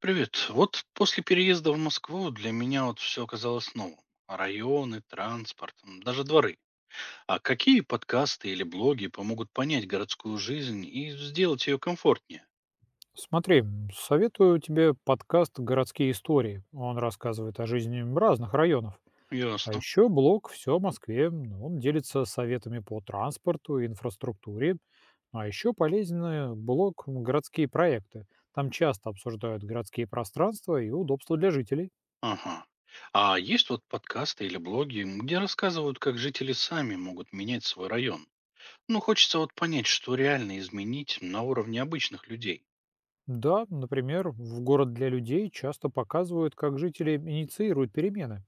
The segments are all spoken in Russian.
Привет. Вот после переезда в Москву для меня вот все оказалось новым. Районы, транспорт, даже дворы. А какие подкасты или блоги помогут понять городскую жизнь и сделать ее комфортнее? Смотри, советую тебе подкаст «Городские истории». Он рассказывает о жизни разных районов. А Ясно. еще блог «Все о Москве». Ну, Он делится советами по транспорту и инфраструктуре. Ну, А еще полезен блог «Городские проекты». Там часто обсуждают городские пространства и удобства для жителей. Ага. А есть вот подкасты или блоги, где рассказывают, как жители сами могут менять свой район. Ну, хочется вот понять, что реально изменить на уровне обычных людей. Да, например, в «Город для людей» часто показывают, как жители инициируют перемены.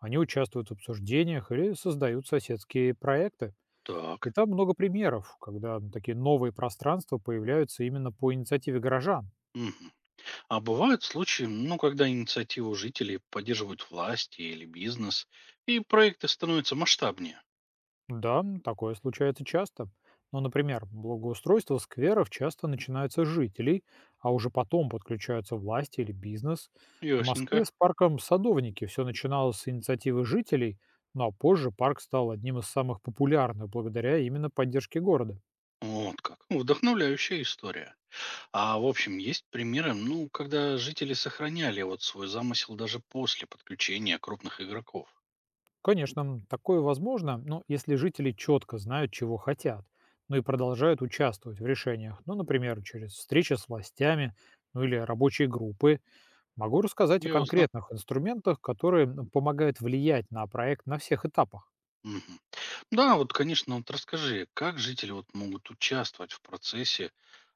Они участвуют в обсуждениях или создают соседские проекты. И Так. там много примеров, когда такие новые пространства появляются именно по инициативе горожан. Мгм. А бывают случаи, ну, когда инициативу жителей поддерживают власти или бизнес, и проекты становятся масштабнее. Да, такое случается часто. Но, например, благоустройство скверов часто начинается с жителей, а уже потом подключаются власти или бизнес. В Ясненько. Москве с парком Садовники все начиналось с инициативы жителей, ну а позже парк стал одним из самых популярных благодаря именно поддержке города. Вот как. Ну, вдохновляющая история. А в общем, есть примеры, ну, когда жители сохраняли вот свой замысел даже после подключения крупных игроков. Конечно, такое возможно, но если жители четко знают, чего хотят, ну и продолжают участвовать в решениях, ну, например, через встречи с властями, ну или рабочие группы, могу рассказать о Ясно. конкретных инструментах, которые помогают влиять на проект на всех этапах. Мгм. Да, вот, конечно, вот расскажи, как жители вот могут участвовать в процессе,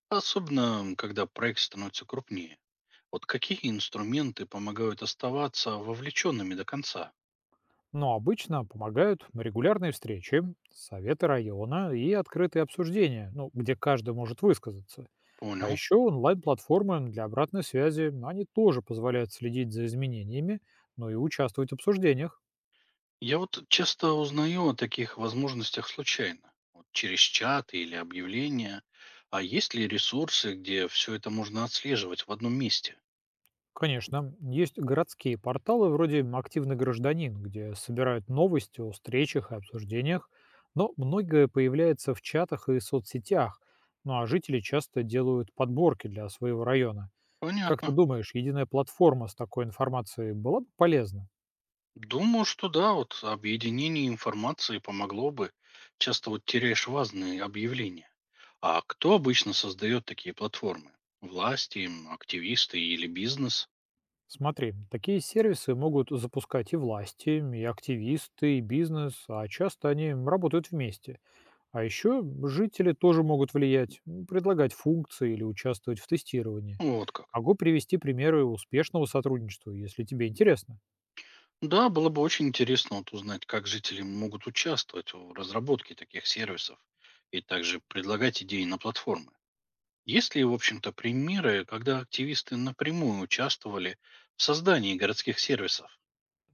особенно когда проект становится крупнее. Вот какие инструменты помогают оставаться вовлеченными до конца? Но обычно помогают регулярные встречи, советы района и открытые обсуждения, ну, где каждый может высказаться. А Понял. еще онлайн-платформы для обратной связи, ну, они тоже позволяют следить за изменениями, ну и участвовать в обсуждениях. Я вот часто узнаю о таких возможностях случайно, вот через чат или объявления. А есть ли ресурсы, где все это можно отслеживать в одном месте? Конечно, есть городские порталы вроде «Активный гражданин», где собирают новости о встречах и обсуждениях, но многое появляется в чатах и соцсетях, ну а жители часто делают подборки для своего района. Как ты Понятно. думаешь, единая платформа с такой информацией была бы полезна? Думаю, что да, вот объединение информации помогло бы. Часто вот теряешь важные объявления. А кто обычно создает такие платформы? Власти, активисты или бизнес? Смотри, такие сервисы могут запускать и власти, и активисты, и бизнес, а часто они работают вместе. А еще жители тоже могут влиять, предлагать функции или участвовать в тестировании. Вот как. Могу привести примеры успешного сотрудничества, если тебе интересно. Да, было бы очень интересно вот узнать, как жители могут участвовать в разработке таких сервисов и также предлагать идеи на платформы. Есть ли, в общем-то, примеры, когда активисты напрямую участвовали в создании городских сервисов?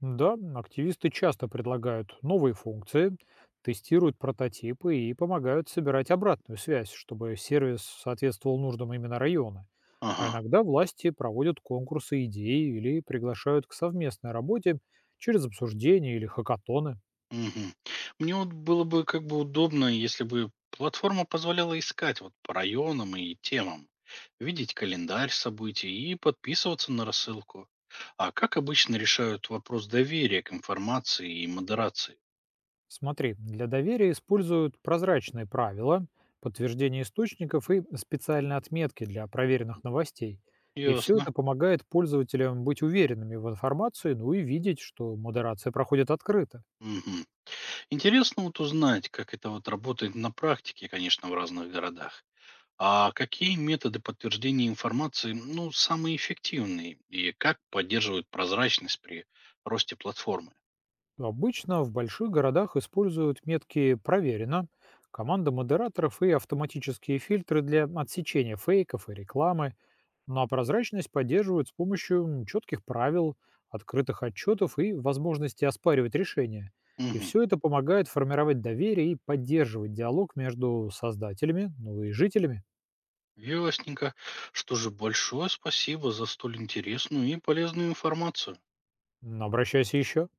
Да, активисты часто предлагают новые функции, тестируют прототипы и помогают собирать обратную связь, чтобы сервис соответствовал нуждам именно района. Ага. А иногда власти проводят конкурсы идей или приглашают к совместной работе через обсуждения или хакатоны. Мгм. Мне вот было бы как бы удобно, если бы платформа позволяла искать вот по районам и темам, видеть календарь событий и подписываться на рассылку. А как обычно решают вопрос доверия к информации и модерации? Смотри, для доверия используют прозрачные правила, подтверждение источников и специальные отметки для проверенных новостей. И все Ясно. это помогает пользователям быть уверенными в информации, ну и видеть, что модерация проходит открыто. Мгм. Интересно вот узнать, как это вот работает на практике, конечно, в разных городах. А какие методы подтверждения информации, ну, самые эффективные и как поддерживают прозрачность при росте платформы? Обычно в больших городах используют метки «Проверено», команда модераторов и автоматические фильтры для отсечения фейков и рекламы. Ну а прозрачность поддерживают с помощью четких правил, открытых отчетов и возможности оспаривать решения. И Мгм. все это помогает формировать доверие и поддерживать диалог между создателями, ну и жителями. Ясненько. Что же, большое спасибо за столь интересную и полезную информацию. Ну, Обращайся еще.